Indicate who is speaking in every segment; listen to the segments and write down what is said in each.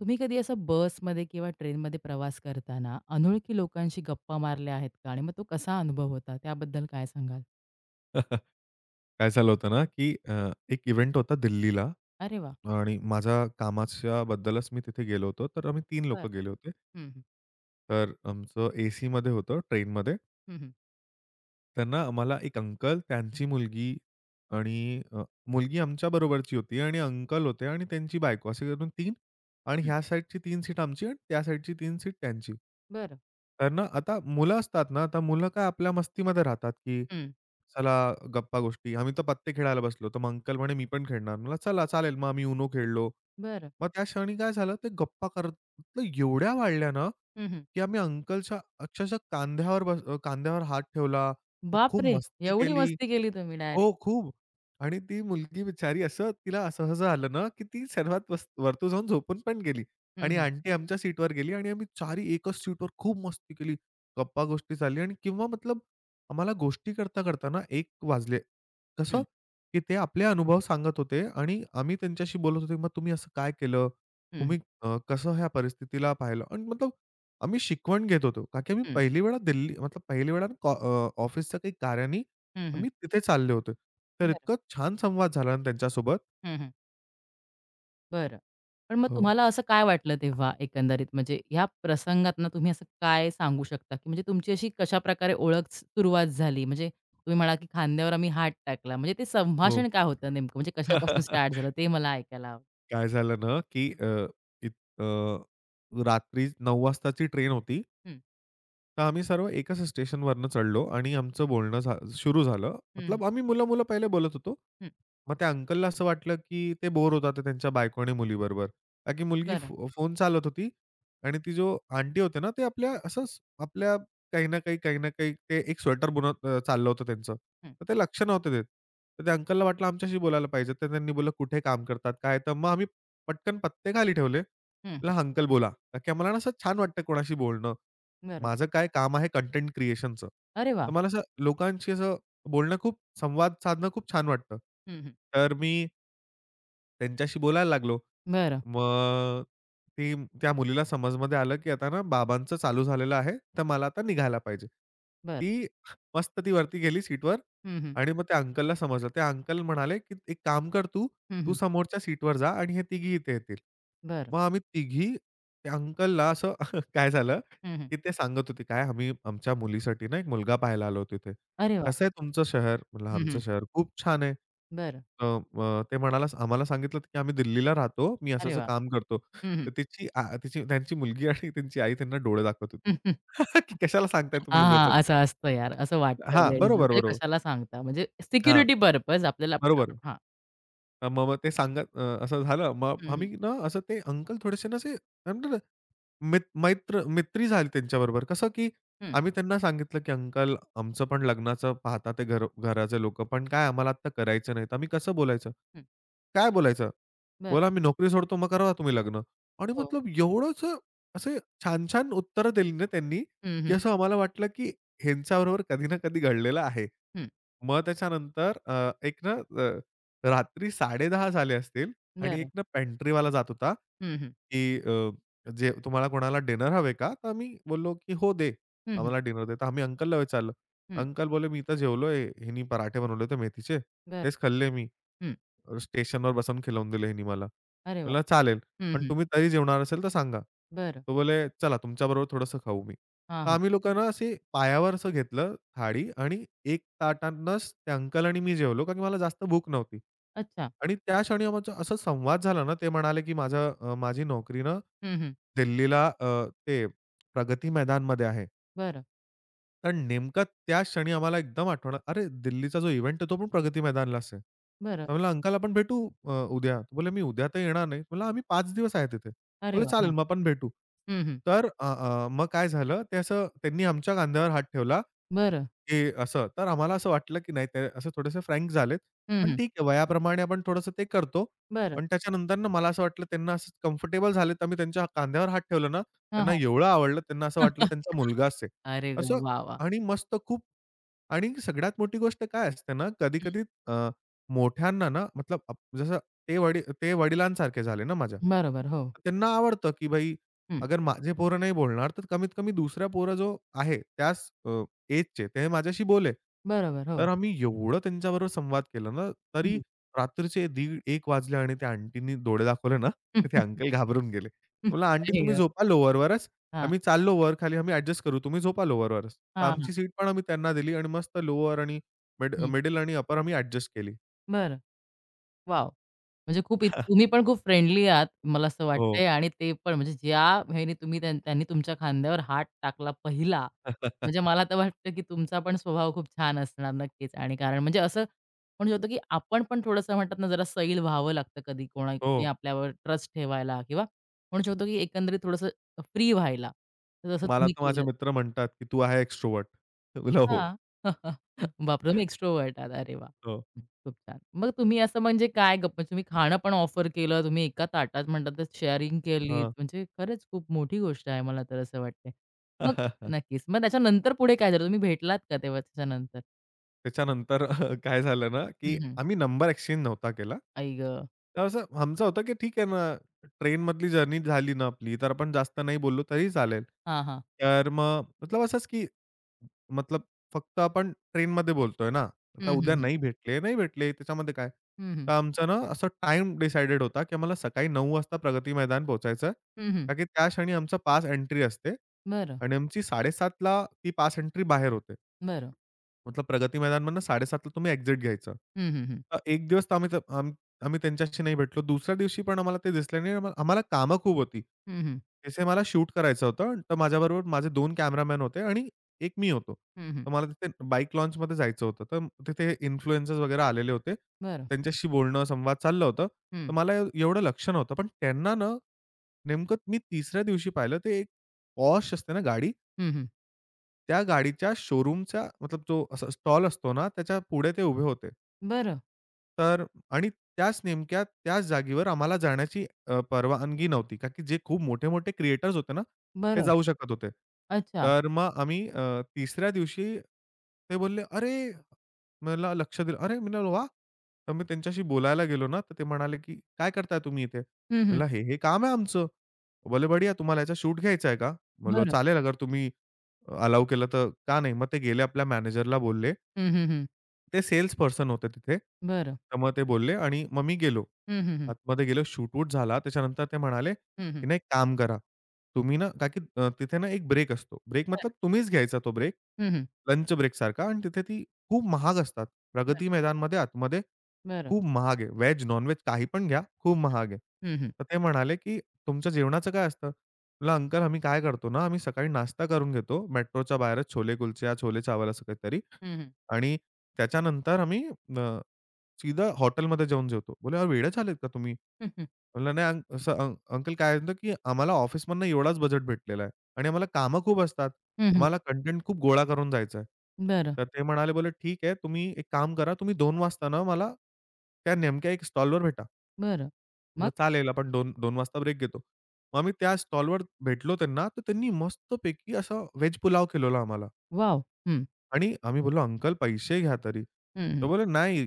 Speaker 1: तुम्ही कधी असं बसमध्ये किंवा ट्रेनमध्ये प्रवास करताना अनोळखी लोकांशी गप्पा मारल्या आहेत का? आणि मग तो कसा अनुभव होता? त्याबद्दल काय सांगाल?
Speaker 2: काय झालं होतं ना, की एक इव्हेंट होता दिल्लीला
Speaker 1: अरे वाह!
Speaker 2: आणि माझ्या कामाच्या बद्दलच मी तिथे गेलो होतो. तर आम्ही तीन
Speaker 1: बरं.
Speaker 2: लोकं गेले होते.
Speaker 1: हं, हं.
Speaker 2: तर आमचं एसीमध्ये होतं ट्रेनमध्ये.
Speaker 1: हं, हं.
Speaker 2: त्यांना मला एक अंकल, त्यांची मुलगी आणि मुलगी आमच्या बरोबरची होती आणि अंकल होते आणि त्यांची बायको असे करून 3 आणि
Speaker 1: हं.
Speaker 2: ह्या साइडची 3 सीट आमची आणि त्या साइडची 3 सीट त्यांची.
Speaker 1: बरं.
Speaker 2: तर ना आता मुलं असतात ना, तर मुलं काय आपल्या मस्तीमध्ये राहतात, की
Speaker 1: हं.
Speaker 2: चला गप्पा गोष्टी. आम्ही तर पत्ते खेळायला बसलो, तर मग अंकल म्हणे, "मी पण खेळणार." म्हणलं, "चला चालेल." मग आम्ही UNO खेळलो.
Speaker 1: बरं.
Speaker 2: मग त्या क्षणी काय झालं, ते गप्पा करत मतलब एवढ्या वाढल्या ना,
Speaker 1: हं, हं.
Speaker 2: की आम्ही अंकलच्या अक्षरशः कांद्यावर कांद्यावर हात ठेवला. मग खूप
Speaker 1: बापरे!
Speaker 2: मस्ती
Speaker 1: एवढी
Speaker 2: केली.
Speaker 1: मस्ती केली तुम्ही डायरेक्ट.
Speaker 2: हो, खूप. आणि ती मुलगी बिचारी असं तिला असहज आलं ना, की ती सर्वात वरती जाऊन झोपून पण गेली.
Speaker 1: हं,
Speaker 2: आणि
Speaker 1: हं.
Speaker 2: आंटी आमच्या सीटवर गेली आणि आम्ही चारी एकच सीटवर खूप मस्ती केली. गप्पा-गोष्टी चालली आणि किंवा मतलब आम्हाला गोष्टी करता-करता ना एक वाजले. कसं,
Speaker 1: हं.
Speaker 2: की ते आपले अनुभव सांगत होते आणि आम्ही त्यांच्याशी बोलत होतो, "मग तुम्ही असं काय केलं?
Speaker 1: हं, हं.
Speaker 2: तुम्ही कसं ह्या परिस्थितीला पाहिलं?" आणि मतलब आम्ही शिकवण घेत होतो. का की आम्ही
Speaker 1: हं.
Speaker 2: पहिली वेळा दिल्ली मतलब पहिली वेळा ऑफिसच्या काही कार्यानी
Speaker 1: हं,
Speaker 2: आम्ही तिथे चालले होतो. तर
Speaker 1: बरं.
Speaker 2: इतकं छान संवाद झाला ना त्यांच्यासोबत.
Speaker 1: हं, हं. बरं. पण मग
Speaker 2: हो,
Speaker 1: तुम्हाला असं काय वाटलं तेव्हा एकंदरीत? म्हणजे ह्या प्रसंगातनं तुम्ही असं काय सांगू शकता, की म्हणजे तुमची अशी कशाप्रकारे ओळख सुरुवात झाली? म्हणजे तुम्ही म्हणाला, की खांद्यावर आम्ही हात टाकला. म्हणजे ते
Speaker 2: हो.
Speaker 1: संभाषण काय होतं नेमकं? म्हणजे कशापासून स्टार्ट झालं ते मला ऐकायला आवडेल.
Speaker 2: काय झालं ना, की इत अ, रात्री 9:00 वाजताची ट्रेन होती.
Speaker 1: हं,
Speaker 2: तर आम्ही सर्व एकाच स्टेशनवरनं चढलो आणि आमचं बोलणं सुरू झालं.
Speaker 1: हं, हं,
Speaker 2: मतलब आम्ही मुलं-मुलं पहिले बोलत होतो.
Speaker 1: हं.
Speaker 2: मग त्या अंकलला असं वाटलं, की ते बोर होतात ते त्यांच्या बायको आणि मुलीबरोबर. कारण की मुलगी
Speaker 1: बरं.
Speaker 2: फोन चालवत होती आणि ती जो आंटी होते ना, ते आपल्या असंच आपल्या काही ना काही, काही ना काही ते एक स्वेटर चाललं होतं त्यांचं.
Speaker 1: हं,
Speaker 2: तर ते लक्ष नव्हते देत. तर त्या अंकलला वाटलं आमच्याशी बोलायला पाहिजे. तर त्यांनी बोललं, "कुठे काम करतात? काय?" तर मग आम्ही पटकन पत्ते खाली ठेवले.
Speaker 1: हं, हं.
Speaker 2: "ला अंकल बोला." कारण की आम्हाला ना असं छान वाटतं कोणाशी बोलणं.
Speaker 1: बरं.
Speaker 2: माझं काय काम आहे कंटेंट क्रिएशनचं.
Speaker 1: अरे वाह!
Speaker 2: तर मला असं लोकांशी असं बोलणं खूप संवाद साधणं खूप छान वाटतं.
Speaker 1: हं, हं.
Speaker 2: तर मी त्यांच्याशी बोलायला लागलो.
Speaker 1: बरं,
Speaker 2: मग ती त्या मुलीला समजमध्ये आलं, की आता ना बाबांचं चालू झालेलं आहे, तर मला आता निघायला पाहिजे.
Speaker 1: बरं.
Speaker 2: ती मस्त ती वरती गेली सीटवर
Speaker 1: हं, हं.
Speaker 2: आणि मग त्या अंकलला समजलं. ते अंकल म्हणाले, "की एक काम कर तू,
Speaker 1: हं,
Speaker 2: तू
Speaker 1: हं.
Speaker 2: समोरच्या सीटवर जा आणि हे तिघी इथे येतील."
Speaker 1: बरं.
Speaker 2: मग आम्ही तिघी त्या अंकलला असं काय झालं,
Speaker 1: हं, हं.
Speaker 2: की ते सांगत होते, "काय आम्ही आमच्या मुलीसाठी ना एक मुलगा पाहायला आलो तिथे.
Speaker 1: अरे वाह!
Speaker 2: कसं आहे तुमचं शहर?" म्हटलं,
Speaker 1: हं,
Speaker 2: "आमचं
Speaker 1: हं.
Speaker 2: शहर खूप छान आहे."
Speaker 1: बरं.
Speaker 2: अ, अ, ते म्हणाला आम्हाला सांगितलं की "आम्ही दिल्लीला राहतो. मी
Speaker 1: अरे
Speaker 2: असं-असं
Speaker 1: वाह!
Speaker 2: काम करतो."
Speaker 1: हं, हं.
Speaker 2: तर तिची आ तिची त्यांची मुलगी आणि त्यांची आई त्यांना डोळे दाखवत होती, की "कशाला सांगताय
Speaker 1: हां,
Speaker 2: तुम्ही उगाचच."
Speaker 1: हां. असं असतं यार. असं वाटतं
Speaker 2: हां,
Speaker 1: लेडीजला.
Speaker 2: बरोबर,
Speaker 1: म्हणजे
Speaker 2: बरोबर.
Speaker 1: कशाला सांगता? म्हणजे
Speaker 2: हां,
Speaker 1: सिक्युरिटी पर्पज आपल्याला पण आपण
Speaker 2: बरोबर.
Speaker 1: हां.
Speaker 2: अं, मग मग ते असं झालं. मग
Speaker 1: हं, हं.
Speaker 2: आम्ही ना असं ते अंकल थोडेसे ना असे मित मैत्र मैत्री झाली त्यांच्याबरोबर. कसं की
Speaker 1: हं,
Speaker 2: आम्ही त्यांना सांगितलं, की "अंकल, आमचं पण लग्नाचं पाहता ते घराचे लोकं, पण काय आम्हाला आत्ता करायचं नाही." तर आम्ही कसं बोलायचं?
Speaker 1: हं.
Speaker 2: काय बोलायचं?
Speaker 1: बरं.
Speaker 2: बोला, "मी नोकरी सोडतो, मग करा तुम्ही लग्न." आणि
Speaker 1: हो.
Speaker 2: मतलब एवढंच असे छान-छान उत्तरं दिली ना त्यांनी,
Speaker 1: हं,
Speaker 2: की
Speaker 1: हं.
Speaker 2: असं आम्हाला वाटलं, की ह्यांच्याबरोबर कधी ना कधी घडलेलं आहे.
Speaker 1: हं.
Speaker 2: मग त्याच्यानंतर एक ना अ, रात्री 10:30 झाले असतील आणि एक
Speaker 1: बरं.
Speaker 2: ना पेंट्रीवाला जात होता,
Speaker 1: हं, हं.
Speaker 2: की जे तुम्हाला कोणाला डिनर हवे का? तर आम्ही बोललो, की "हो दे,
Speaker 1: हं, हं.
Speaker 2: आम्हाला डिनर दे." तर आम्ही अंकलला विचारलं. अंकल बोलले, "मी तर जेवलोय. हिनी पराठे बनवले होते मेथीचे.
Speaker 1: बरं.
Speaker 2: तेच खाल्ले मी."
Speaker 1: हं.
Speaker 2: स्टेशनवर बसवून खिलवून दिले ह्यांनी मला.
Speaker 1: अरे वाह!
Speaker 2: म्हणलं, "चालेल,
Speaker 1: हं,
Speaker 2: पण
Speaker 1: हं.
Speaker 2: तुम्ही तरी जेवणार असेल तर सांगा."
Speaker 1: बरं.
Speaker 2: तो बोले, "चला तुमच्याबरोबर थोडंसं खाऊ मी."
Speaker 1: हां,
Speaker 2: तर
Speaker 1: हां.
Speaker 2: आम्ही लोकांना असे पायावर असं घेतलं थाळी आणि 1 ताटानंच ते अंकल आणि मी जेवलो, कारण की मला जास्त भूक नव्हती.
Speaker 1: अच्छा.
Speaker 2: आणि त्या क्षणी आमचा असा संवाद झाला ना, ते म्हणाले, की " माझी नोकरी ना
Speaker 1: हं, हं.
Speaker 2: दिल्लीला अ, ते प्रगती मैदानमध्ये आहे."
Speaker 1: बरं.
Speaker 2: तर नेमका त्या क्षणी आम्हाला एकदम आठवण अरे, दिल्लीचा जो इव्हेंट आहे, तो पण प्रगती मैदानलाच आहे.
Speaker 1: बरं.
Speaker 2: मी म्हणलं, "अंकल आपण भेटू उद्या." तो बोले "मी उद्या तर येणार नाही." म्हणलं, "आम्ही 5 दिवस आहे तिथे."
Speaker 1: अरे
Speaker 2: बोले
Speaker 1: वाह!
Speaker 2: "चालेल,
Speaker 1: हां.
Speaker 2: मग आपण भेटू."
Speaker 1: हं, हं.
Speaker 2: तर अ, अ, मग काय झालं, ते असं त्यांनी आमच्या कांद्यावर हात ठेवला,
Speaker 1: बरं.
Speaker 2: की असं. तर आम्हाला असं वाटलं, की नाही ते असे थोडेसे फ्रँक झालेत.
Speaker 1: हं,
Speaker 2: पण
Speaker 1: हं.
Speaker 2: ठीक आहे, वयाप्रमाणे आपण थोडंसं ते करतो.
Speaker 1: बरं.
Speaker 2: पण त्याच्यानंतर ना मला असं वाटलं त्यांना असं कम्फर्टेबल झालेत, आम्ही त्यांच्या कांद्यावर हात ठेवलं ना,
Speaker 1: हां,
Speaker 2: त्यांना
Speaker 1: हां.
Speaker 2: एवढं आवडलं, त्यांना असं वाटलं त्यांचा मुलगाच आहे.
Speaker 1: अरे वाह!
Speaker 2: असं
Speaker 1: वाह! वाह!
Speaker 2: आणि मस्त खूप आणि सगळ्यात मोठी गोष्ट काय असते ना,
Speaker 1: हं.
Speaker 2: कधी-कधी अ, मोठ्यांना ना, मतलब अप जसं ते वडिलांसारखे झाले ना माझ्या.
Speaker 1: बरोबर. हो.
Speaker 2: त्यांना आवडतं, की भाई
Speaker 1: हं.
Speaker 2: अगर माझे पोरं नाही बोलणार, तर कमीत कमी दुसरा पोरं जो आहे त्याच एजचे ते माझ्याशी बोले.
Speaker 1: बरोबर. हो.
Speaker 2: तर आम्ही एवढं त्यांच्याबरोबर संवाद केला ना, तरी
Speaker 1: हं.
Speaker 2: रात्रीचे दीड 1 वाजले आणि त्या आंटीनी डोळे दाखवले ना, तर ते अंकल घाबरून गेले. बोलला, "आंटी
Speaker 1: अरे
Speaker 2: तुम्ही
Speaker 1: वाह!
Speaker 2: झोपा लोवरवरच.
Speaker 1: हां.
Speaker 2: आम्ही चाललो वर खाली आम्ही ॲडजस्ट करू. तुम्ही झोपा लोवरवरच." तर
Speaker 1: हां, हां.
Speaker 2: आमची सीट पण आम्ही त्यांना दिली आणि मस्त लोअर आणि
Speaker 1: हं.
Speaker 2: मिडल आणि अपर आम्ही ॲडजस्ट केली.
Speaker 1: बरं. वॉव! म्हणजे खूप तुम्ही पण खूप फ्रेंडली आहात, मला असं
Speaker 2: हो.
Speaker 1: वाटतंय आणि ते पण म्हणजे ज्या ह्याने तुम्ही त्यांनी तुमच्या खांद्यावर हात टाकला पहिला, म्हणजे मला तर वाटतं की तुमचा पण स्वभाव खूप छान असणार नक्कीच आणि कारण म्हणजे असं म्हणू शकतो की आपण पण थोडंसं म्हणतात ना, जरा सैल व्हावं लागतं कधी कोणा कोणी
Speaker 2: हो.
Speaker 1: आपल्यावर ट्रस्ट ठेवायला किंवा म्हणू शकतो की एकंदरीत थोडंसं फ्री व्हायला. तर तसं
Speaker 2: मला
Speaker 1: तुम्ही
Speaker 2: तर माझे
Speaker 1: केलं.
Speaker 2: मित्र म्हणतात, की "तू आहे एक्स्ट्रोव्हर्ट." मी बोलला "हो."
Speaker 1: हां. बापरे! तुम्ही एक्स्ट्रोव्हर्ट आहात. अरे वाह!
Speaker 2: हो.
Speaker 1: खूप छान. मग तुम्ही असं म्हणजे काय गप्प म्हणजे तुम्ही खाणं पण ऑफर केलं, तुम्ही एका ताटात म्हणतात तर शेअरिंग केली म्हणजे खरंच खूप मोठी गोष्ट आहे मला तर असं वाटते. मग
Speaker 2: हां.
Speaker 1: नक्कीच. मग त्याच्यानंतर पुढे काय झालं? तुम्ही भेटलात का तेव्हा त्याच्यानंतर?
Speaker 2: त्याच्यानंतर काय झालं ना, की
Speaker 1: हं, हं.
Speaker 2: आम्ही नंबर एक्सचेंज नव्हता केला.
Speaker 1: आई गं!
Speaker 2: तर असं आमचं होतं, की ठीक आहे ना, ट्रेनमधली जर्नी झाली ना आपली, तर आपण जास्त नाही बोललो तरी चालेल.
Speaker 1: हां, हां.
Speaker 2: तर मग मतलब असंच, की मतलब फक्त आपण ट्रेनमध्ये बोलतोय ना, आता
Speaker 1: हं,
Speaker 2: उद्या
Speaker 1: हं, हं.
Speaker 2: नाही भेटले, नाही भेटले त्याच्यामध्ये काय?
Speaker 1: हं, हं.
Speaker 2: तर आमचं ना असं टाईम डिसाईडेड होता, की आम्हाला सकाळी 9:00 वाजता प्रगती मैदान पोहोचायचं आहे.
Speaker 1: हं,
Speaker 2: कारण की त्या क्षणी आमचं पास एंट्री असते
Speaker 1: बरं,
Speaker 2: आणि आमची 7:30 ती पास एंट्री बाहेर होते.
Speaker 1: बरं.
Speaker 2: मतलब प्रगती मैदान मधनं 7:30ला तुम्ही एक्झिट घ्यायचं.
Speaker 1: हं, हं, हं.
Speaker 2: एक दिवस तर आम्ही त- आम आम्ही त्यांच्याशी नाही भेटलो. दुसऱ्या दिवशी पण आम्हाला ते दिसले नाही. आम्हाला कामं खूप होती.
Speaker 1: हं, हं.
Speaker 2: तिथे मला शूट करायचं होतं. तर माझ्याबरोबर माझे दोन कॅमेरामॅन होते आणि एक मी होतो.
Speaker 1: हं, हं.
Speaker 2: तर मला तिथे बाईक लॉन्चमध्ये जायचं होतं. तर तिथे इन्फ्लुएन्सर्स वगैरे आलेले होते.
Speaker 1: बरं.
Speaker 2: त्यांच्याशी बोलणं, संवाद चाललं होतं.
Speaker 1: हं.
Speaker 2: तर मला एवढं लक्ष नव्हतं. पण त्यांना ना नेमकं मी तिसऱ्या दिवशी पाहिलं ते एक Porsche असते ना गाडी.
Speaker 1: हं, हं.
Speaker 2: त्या गाडीच्या शोरूमचा मतलब जो असा स्टॉल असतो ना, त्याच्या पुढे ते उभे होते.
Speaker 1: बरं,
Speaker 2: तर आणि त्याच नेमक्या त्याच जागेवर आम्हाला जाण्याची परवानगी नव्हती. का की जे खूप मोठे-मोठे क्रिएटर्स होते ना, ते
Speaker 1: बरं.
Speaker 2: जाऊ शकत होते.
Speaker 1: अच्छा.
Speaker 2: तर मग आम्ही तिसऱ्या दिवशी ते बोलले, "अरे!" मला लक्ष दिलं. "अरे!" मी म्हणालो, "वाह!" तर मी त्यांच्याशी बोलायला गेलो ना, तर ते म्हणाले, की "काय करताय तुम्ही इथे?"
Speaker 1: हं, हं.
Speaker 2: म्हणलं, "हे, हे काम आहे आमचं." बोलले, "बढिया. तुम्हाला याचा शूट घ्यायचा आहे का?" म्हणलं,
Speaker 1: बरं.
Speaker 2: "चालेल अगर तुम्ही" अलाऊ केलं तर का नाही? मग ते गेले आपल्या मॅनेजरला बोलले.
Speaker 1: हं, हं, हं.
Speaker 2: ते सेल्स पर्सन होते तिथे.
Speaker 1: बरं.
Speaker 2: तर मग ते बोलले आणि मग मी गेलो.
Speaker 1: हं, हं, हं.
Speaker 2: आतमध्ये गेलो, शूट झाला. त्याच्यानंतर ते म्हणाले,
Speaker 1: हं, हं.
Speaker 2: की "नाही, एक काम करा. तुम्ही ना" का की तिथे ना एक ब्रेक असतो. ब्रेक मतलब
Speaker 1: बरं.
Speaker 2: तुम्हीच घ्यायचा तो ब्रेक,
Speaker 1: हं, हं.
Speaker 2: लंच ब्रेकसारखा आणि तिथे ती खूप महाग असतात.
Speaker 1: बरं.
Speaker 2: प्रगती मैदानमध्ये आतमध्ये
Speaker 1: बरं.
Speaker 2: खूप महाग आहे. व्हेज, नॉन काही पण घ्या, खूप महाग आहे.
Speaker 1: हं, हं.
Speaker 2: तर ते म्हणाले, की "तुमच्या जेवणाचं काय असतं?" म्हटलं, "अंकल आम्ही काय करतो ना, आम्ही सकाळी नाश्ता करून घेतो मेट्रोच्या बाहेरच छोले कुलचे या छोले चावल असं काहीतरी
Speaker 1: हं, हं.
Speaker 2: आणि त्याच्यानंतर आम्ही अ" सीधा हॉटेलमध्ये जाऊन जेवतो. बोले "अरे वेडे झालेत का तुम्ही?"
Speaker 1: हं, हं.
Speaker 2: म्हणलं, "नाही असं अंकल काय होतं की आम्हाला ऑफिसमधनं एवढाच बजेट भेटलेला आहे आणि आम्हाला कामं खूप असतात.
Speaker 1: हं, हं.
Speaker 2: आम्हाला कंटेंट खूप गोळा करून जायचं आहे."
Speaker 1: बरं,
Speaker 2: तर ते म्हणाले, बोलले, "ठीक आहे. तुम्ही एक काम करा. तुम्ही 2:00 वाजता ना मला त्या नेमक्या एक स्टॉलवर भेटा."
Speaker 1: बरं.
Speaker 2: म्हणलं,
Speaker 1: मग?
Speaker 2: "चालेल. आपण 2:00 वाजता ब्रेक घेतो." मग आम्ही त्या स्टॉलवर भेटलो त्यांना. तर त्यांनी मस्तपैकी असा व्हेज पुलाव केलेला आम्हाला.
Speaker 1: वॉव! हं.
Speaker 2: आणि आम्ही बोललो, "अंकल पैसे घ्या तरी."
Speaker 1: हं, हं.
Speaker 2: तो बोलले, "नाही,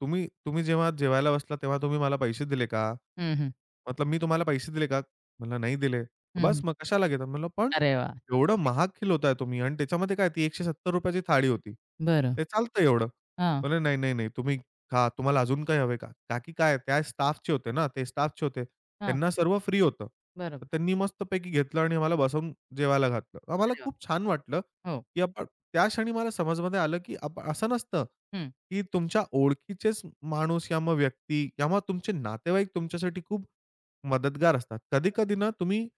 Speaker 2: तुम्ही तुम्ही जेव्हा जेवायला बसला तेव्हा तुम्ही मला पैसे दिले का?
Speaker 1: हं, हं.
Speaker 2: मतलब मी तुम्हाला पैसे दिले का?" म्हणलं, "नाही दिले."
Speaker 1: हं,
Speaker 2: "बस
Speaker 1: हं.
Speaker 2: मग कशाला घेता?" म्हणलं, "पण
Speaker 1: अरे वाह! सो
Speaker 2: एवढं
Speaker 1: स्वीट.
Speaker 2: महाग खिलवताय तुम्ही आणि त्याच्यामध्ये काय ती ₹170 ची थाळी होती.
Speaker 1: बरं.
Speaker 2: ते चालतं एवढं."
Speaker 1: हां,
Speaker 2: बोलले, "नाही, नाही, नाही. तुम्ही खा. तुम्हाला अजून काही हवे का?" का की काय त्या स्टाफचे होते ना, ते स्टाफचे होते.
Speaker 1: हां.
Speaker 2: त्यांना सर्व फ्री होतं. तर
Speaker 1: बरोबर.
Speaker 2: त्यांनी मस्तपैकी घेतलं आणि आम्हाला बसवून जेवायला घातलं. आम्हाला
Speaker 1: अरे वाह!
Speaker 2: खूप छान वाटलं,
Speaker 1: हो.
Speaker 2: की आपण त्या क्षणी मला समजमध्ये आलं, की आप असं नसतं,
Speaker 1: हं.
Speaker 2: की तुमच्या ओळखीचेच माणूस या मग व्यक्ती या मग तुमचे नातेवाईक तुमच्यासाठी खूप मदतगार असतात. कधी-कधी ना तुम्ही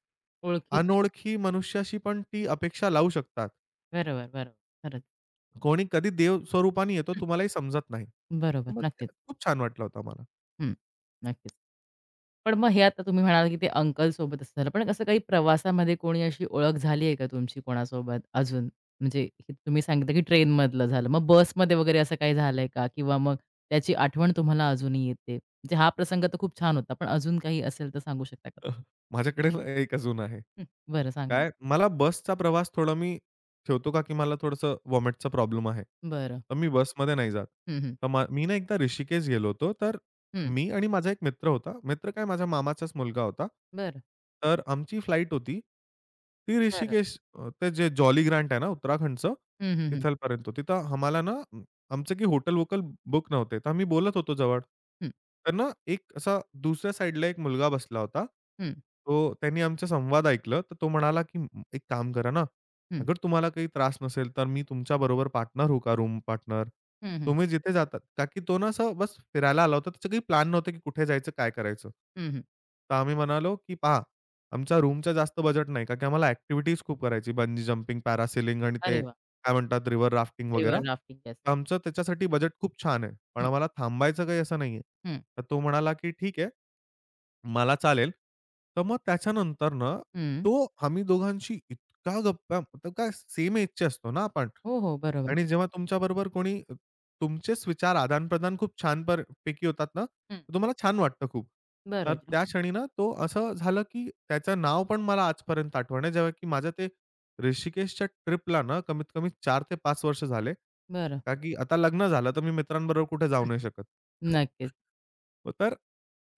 Speaker 1: ओळखीचे.
Speaker 2: अनोळखी मनुष्याशी पण ती अपेक्षा लावू शकतात.
Speaker 1: बरोबर, बरोबर. खरंच.
Speaker 2: कोणी कधी देव स्वरूपाने येतो
Speaker 1: हं.
Speaker 2: तुम्हालाही समजत नाही.
Speaker 1: बरोबर.
Speaker 2: मग
Speaker 1: नक्कीच.
Speaker 2: त्या- खूप छान वाटलं होतं मला.
Speaker 1: हं. नक्कीच. पण मग हे आता तुम्ही म्हणालात, की ते अंकलसोबत असं झालं. पण असं काही प्रवासामध्ये कोणी अशी ओळख झाली आहे का तुमची कोणासोबत अजून? म्हणजे हे तुम्ही सांगितलं, की ट्रेनमधलं झालं. मग बसमध्ये वगैरे असं काही झालंय का? किंवा मग त्याची आठवण तुम्हाला अजूनही येते? म्हणजे हा प्रसंग तर खूप छान होता. पण अजून काही असेल तर सांगू शकता का
Speaker 2: अ,
Speaker 1: तुम्ही?
Speaker 2: माझ्याकडे ना एक अजून आहे.
Speaker 1: हं, बरं सांगा.
Speaker 2: काय मला बसचा प्रवास थोडा मी ठेवतो का की मला थोडंसं वॉमिटचा प्रॉब्लेम आहे.
Speaker 1: बरं.
Speaker 2: तर मी बसमध्ये नाही जात.
Speaker 1: हं, हं.
Speaker 2: तर मी ना एकदा ऋषिकेश गेलो होतो. तर
Speaker 1: हं.
Speaker 2: मी आणि माझा एक मित्र होता. मित्र काय, माझ्या मामाचाच मुलगा होता.
Speaker 1: बरं.
Speaker 2: तर आमची फ्लाइट होती. ती
Speaker 1: बरं.
Speaker 2: ऋषिकेश, ते जे जॉली ग्रँट आहे ना उत्तराखंडचं,
Speaker 1: हं, हं, हं.
Speaker 2: तिथपर्यंत होती. आम्हाला ना आमचं की हॉटेल वोकल बुक नव्हते. तर आम्ही बोलत होतो जवळ.
Speaker 1: हं,
Speaker 2: तर ना एक असा दुसऱ्या साइडला एक मुलगा बसला होता.
Speaker 1: हं, हं.
Speaker 2: तो, त्यांनी आमचा संवाद ऐकलं. तर तो म्हणाला, की "एक काम करा ना, अगर तुम्हाला काही त्रास नसेल, तर मी तुमच्याबरोबर पार्टनर होऊ का रूम पार्टनर?
Speaker 1: हं, हं.
Speaker 2: तुम्ही जिथे जातात." का की तो ना असं बस फिरायला आला होता. त्याचं काही प्लॅन नव्हतं, की कुठे जायचं, काय करायचं.
Speaker 1: हं, हं.
Speaker 2: तर आम्ही म्हणालो, की "पहा, आमचा रूमचा जास्त बजेट नाही. का की आम्हाला ॲक्टिव्हिटीज खूप करायची. बंजी जंपिंग, पॅरासेलिंग आणि
Speaker 1: अरे
Speaker 2: ते
Speaker 1: वाह!
Speaker 2: काय म्हणतात, रिव्हर राफ्टिंग वगैरे.
Speaker 1: River rafting. येस.
Speaker 2: तर आमचं त्याच्यासाठी बजेट खूप छान आहे. पण
Speaker 1: हं,
Speaker 2: आम्हाला थांबायचं काही असं नाहीये."
Speaker 1: हं.
Speaker 2: तर तो म्हणाला, की "ठीक आहे. मला चालेल." तर मग त्याच्यानंतर ना,
Speaker 1: हं.
Speaker 2: तो आम्ही दोघांशी इतका गप्पा, तर काय सेम एजचे असतो ना आपण.
Speaker 1: हो, हो. बरोबर.
Speaker 2: आणि जेव्हा तुमच्याबरोबर कोणी तुमचेच विचार आदान-प्रदान खूप छान पर पैकी होतात ना,
Speaker 1: हं.
Speaker 2: तर तुम्हाला छान वाटतं खूप. तर
Speaker 1: बरोबर.
Speaker 2: त्या क्षणी ना, तो असं झालं, की त्याचं नाव पण मला आजपर्यंत आठवण आहे, जेव्हा की माझं ते ऋषिकेशच्या ट्रिपला ना, कमीत कमी 4 ते 5 वर्ष झाले.
Speaker 1: बरं.
Speaker 2: का की आता लग्न झालं, तर मी मित्रांबरोबर कुठे जाऊ नाही शकत.
Speaker 1: नक्कीच.
Speaker 2: तर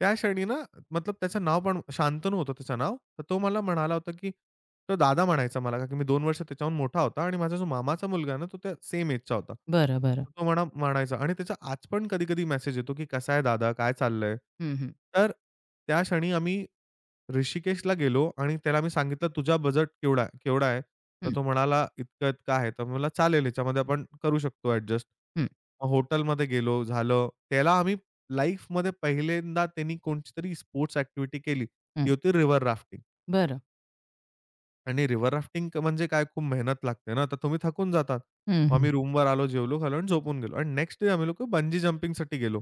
Speaker 2: त्या क्षणी ना, मतलब त्याचं नाव पण शांतनू होतं, त्याचं नाव. तर तो मला म्हणाला होता, की तो दादा म्हणायचा मला, कारण की मी 2 वर्ष त्याच्याहून मोठा होता आणि माझा जो मामाचा मुलगा आहे ना, तो त्या सेम एजचा होता.
Speaker 1: बरं, बरं.
Speaker 2: तर तो म्हणायचा आणि त्याचा आज पण कधी-कधी मेसेज येतो, की "कसा आहे दादा? काय चाललंय?"
Speaker 1: हं, हं.
Speaker 2: तर त्या क्षणी आम्ही ऋषिकेशला गेलो आणि त्याला मी सांगितलं, "तुझा बजेट केवढा केवढा आहे?" तर
Speaker 1: हं,
Speaker 2: तो म्हणाला, "इतका-इतका आहे." तर मला चालेल, याच्यामध्ये आपण करू शकतो ॲडजस्ट.
Speaker 1: हं,
Speaker 2: मग हॉटेलमध्ये गेलो, झालं. त्याला आम्ही लाईफमध्ये पहिल्यांदा, त्यांनी कोणतीतरी स्पोर्ट्स ॲक्टिव्हिटी केली.
Speaker 1: हं.
Speaker 2: ती होती रिव्हर राफ्टिंग.
Speaker 1: बरं.
Speaker 2: आणि रिव्हर राफ्टिंग म्हणजे काय खूप मेहनत लागते ना, तर तुम्ही थकून जातात.
Speaker 1: हं,
Speaker 2: मग
Speaker 1: हं.
Speaker 2: आम्ही रूमवर आलो, जेवलो, खालो आणि झोपून गेलो. आणि नेक्स्ट डे आम्ही लोकं बंजी जंपिंगसाठी गेलो.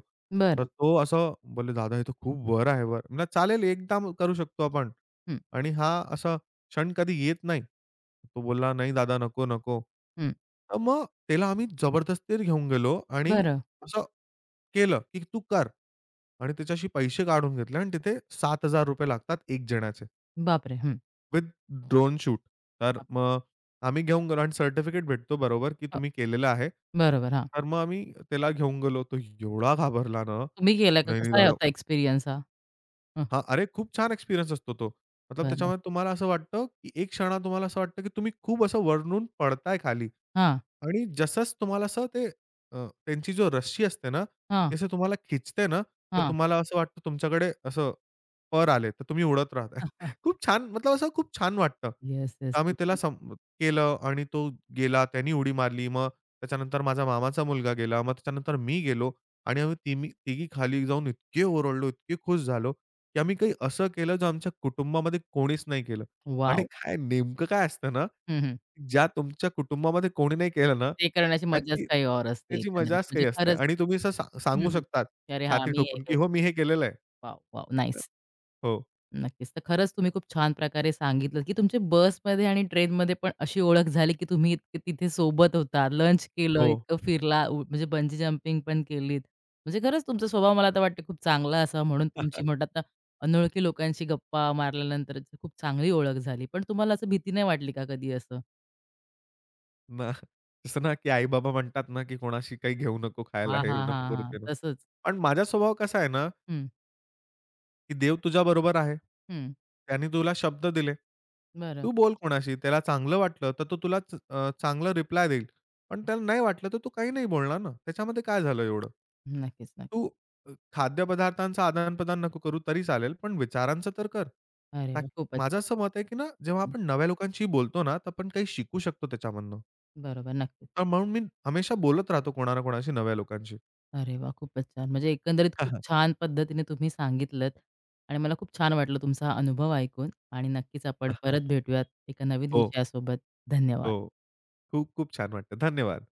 Speaker 2: तर
Speaker 1: बरं.
Speaker 2: तो असं बोलले, "दादा, हे तर खूप वर आहे, वर." म्हणलं, "चालेल, एकदा करू शकतो आपण.
Speaker 1: हं,
Speaker 2: आणि हा असा क्षण कधी येत नाही." तो बोलला, "नाही दादा, नको, नको."
Speaker 1: हं.
Speaker 2: तर मग त्याला आम्ही जबरदस्ती घेऊन गेलो आणि
Speaker 1: बरं.
Speaker 2: असं केलं, की "तू कर." आणि त्याच्याशी पैसे काढून घेतले आणि तिथे ₹7,000 लागतात 1 जणाचे.
Speaker 1: बापरे! हं.
Speaker 2: With drone shoot. तर
Speaker 1: बाप
Speaker 2: मग आम्ही घेऊन गेलो आणि सर्टिफिकेट भेटतो बरोबर, की
Speaker 1: हो,
Speaker 2: तुम्ही केलेलं आहे.
Speaker 1: बरोबर. हां.
Speaker 2: तर मग आम्ही त्याला घेऊन गेलो. तो एवढा घाबरला ना.
Speaker 1: तुम्ही गेला का?
Speaker 2: "नाही, नाही
Speaker 1: कसा आहे
Speaker 2: दादा."
Speaker 1: होता एक्सपिरियन्स हा? हं,
Speaker 2: हां, अरे खूप छान एक्सपिरियन्स असतो तो. मतलब
Speaker 1: बरं.
Speaker 2: त्याच्यामध्ये तुम्हाला असं वाटतं, की एक क्षणात तुम्हाला असं वाटतं, की तुम्ही खूप असं वरून पडताय खाली.
Speaker 1: हां,
Speaker 2: आणि जसंच तुम्हाला असं ते त्यांची जो रस्सी असते ना,
Speaker 1: हां,
Speaker 2: ती असं तुम्हाला खिचते ना, तर
Speaker 1: हां.
Speaker 2: तुम्हाला असं वाटतं तुमच्याकडे असं पर आले, तर तुम्ही उडत राहताय. खूप छान, मतलब असं खूप छान वाटतं.
Speaker 1: Yes, yes.
Speaker 2: आम्ही त्याला
Speaker 1: नक्कीच.
Speaker 2: सम केलं आणि तो गेला, त्यानी उडी मारली. मग त्याच्यानंतर माझा मामाचा मुलगा गेला. मग त्याच्यानंतर मी गेलो आणि आम्ही तिघी खाली जाऊन इतके ओरडलो, इतके खुश झालो, की आम्ही काही असं केलं, जे आमच्या कुटुंबामध्ये कोणीच नाही केलं. आणि
Speaker 1: वॉव!
Speaker 2: काय नेमकं काय असतं ना,
Speaker 1: हं, हं.
Speaker 2: ज्या तुमच्या कुटुंबामध्ये कोणी नाही केलं ना,
Speaker 1: ते करण्याची मजाच
Speaker 2: त्याची
Speaker 1: काही और असते
Speaker 2: त्याची
Speaker 1: एकंदरीत.
Speaker 2: मजाच
Speaker 1: म्हणजे
Speaker 2: काही असते
Speaker 1: खरंच
Speaker 2: आणि तुम्ही असं
Speaker 1: हं,
Speaker 2: सांगू
Speaker 1: हं.
Speaker 2: शकतात
Speaker 1: की अरे हां,
Speaker 2: छाती
Speaker 1: मी हे
Speaker 2: ठोकून, की
Speaker 1: केलं.
Speaker 2: "हो, मी हे केलेलं आहे."
Speaker 1: वॉव! वॉव!
Speaker 2: तर
Speaker 1: नाईस.
Speaker 2: हो,
Speaker 1: नक्कीच. तर खरंच तुम्ही खूप छान प्रकारे सांगितलं, की तुमची बसमध्ये आणि ट्रेनमध्ये पण अशी ओळख झाली, की तुम्ही इतके तिथे सोबत होता, लंच केलं,
Speaker 2: हो.
Speaker 1: इतकं फिरला, म्हणजे बंजी जंपिंग पण केलीत. म्हणजे खरंच तुमचा स्वभाव मला तर वाटतं खूप चांगला असा, म्हणून तुमची म्हणतात ना, अनोळखी लोकांशी गप्पा मारल्यानंतर खूप चांगली ओळख झाली. पण तुम्हाला असं भीती नाही वाटली का कधी असं?
Speaker 2: ना तसं ना, की आई-बाबा म्हणतात ना, की कोणाशी काही घेऊ नको खायला,
Speaker 1: हां,
Speaker 2: हे
Speaker 1: हां,
Speaker 2: नको
Speaker 1: हां,
Speaker 2: करू,
Speaker 1: हां.
Speaker 2: ते नको.
Speaker 1: तसंच.
Speaker 2: पण माझा स्वभाव कसा आहे ना,
Speaker 1: हं,
Speaker 2: की देव तुझ्याबरोबर आहे.
Speaker 1: हं.
Speaker 2: त्याने तुला शब्द दिले.
Speaker 1: बरं.
Speaker 2: तू बोल कोणाशी. त्याला चांगलं वाटलं, तर तो तुला चांगला रिप्लाय देईल. पण त्याला नाही वाटलं, तर तो काही नाही बोलणार ना. त्याच्यामध्ये काय झालं एवढं?
Speaker 1: नक्कीच,
Speaker 2: तू
Speaker 1: नक्की.
Speaker 2: खाद्यपदार्थांचं आदान-प्रदान नको करू तरी चालेल, पण विचारांचं तर कर. ता
Speaker 1: अरे वाह! खूपच.
Speaker 2: माझं असं मत आहे, की ना जेव्हा
Speaker 1: हं.
Speaker 2: आपण नव्या लोकांशी बोलतो ना, तर आपण काही शिकू शकतो त्याच्यामधनं.
Speaker 1: बरोबर. नक्की.
Speaker 2: तर म्हणून मी हमेशा बोलत राहतो कोणा ना कोणाशी, नव्या लोकांशी.
Speaker 1: अरे वाह! खूपच छान. म्हणजे एकंदरीत खूप छान पद्धतीने तुम्ही सांगितलंत आणि मला खूप छान वाटलं तुमचा हा अनुभव ऐकून आणि नक्कीच आपण परत भेटूयात एका नवीन
Speaker 2: हो,
Speaker 1: विषयासोबत.
Speaker 2: हो.
Speaker 1: धन्यवाद.
Speaker 2: खूप खूप छान वाटतं. धन्यवाद.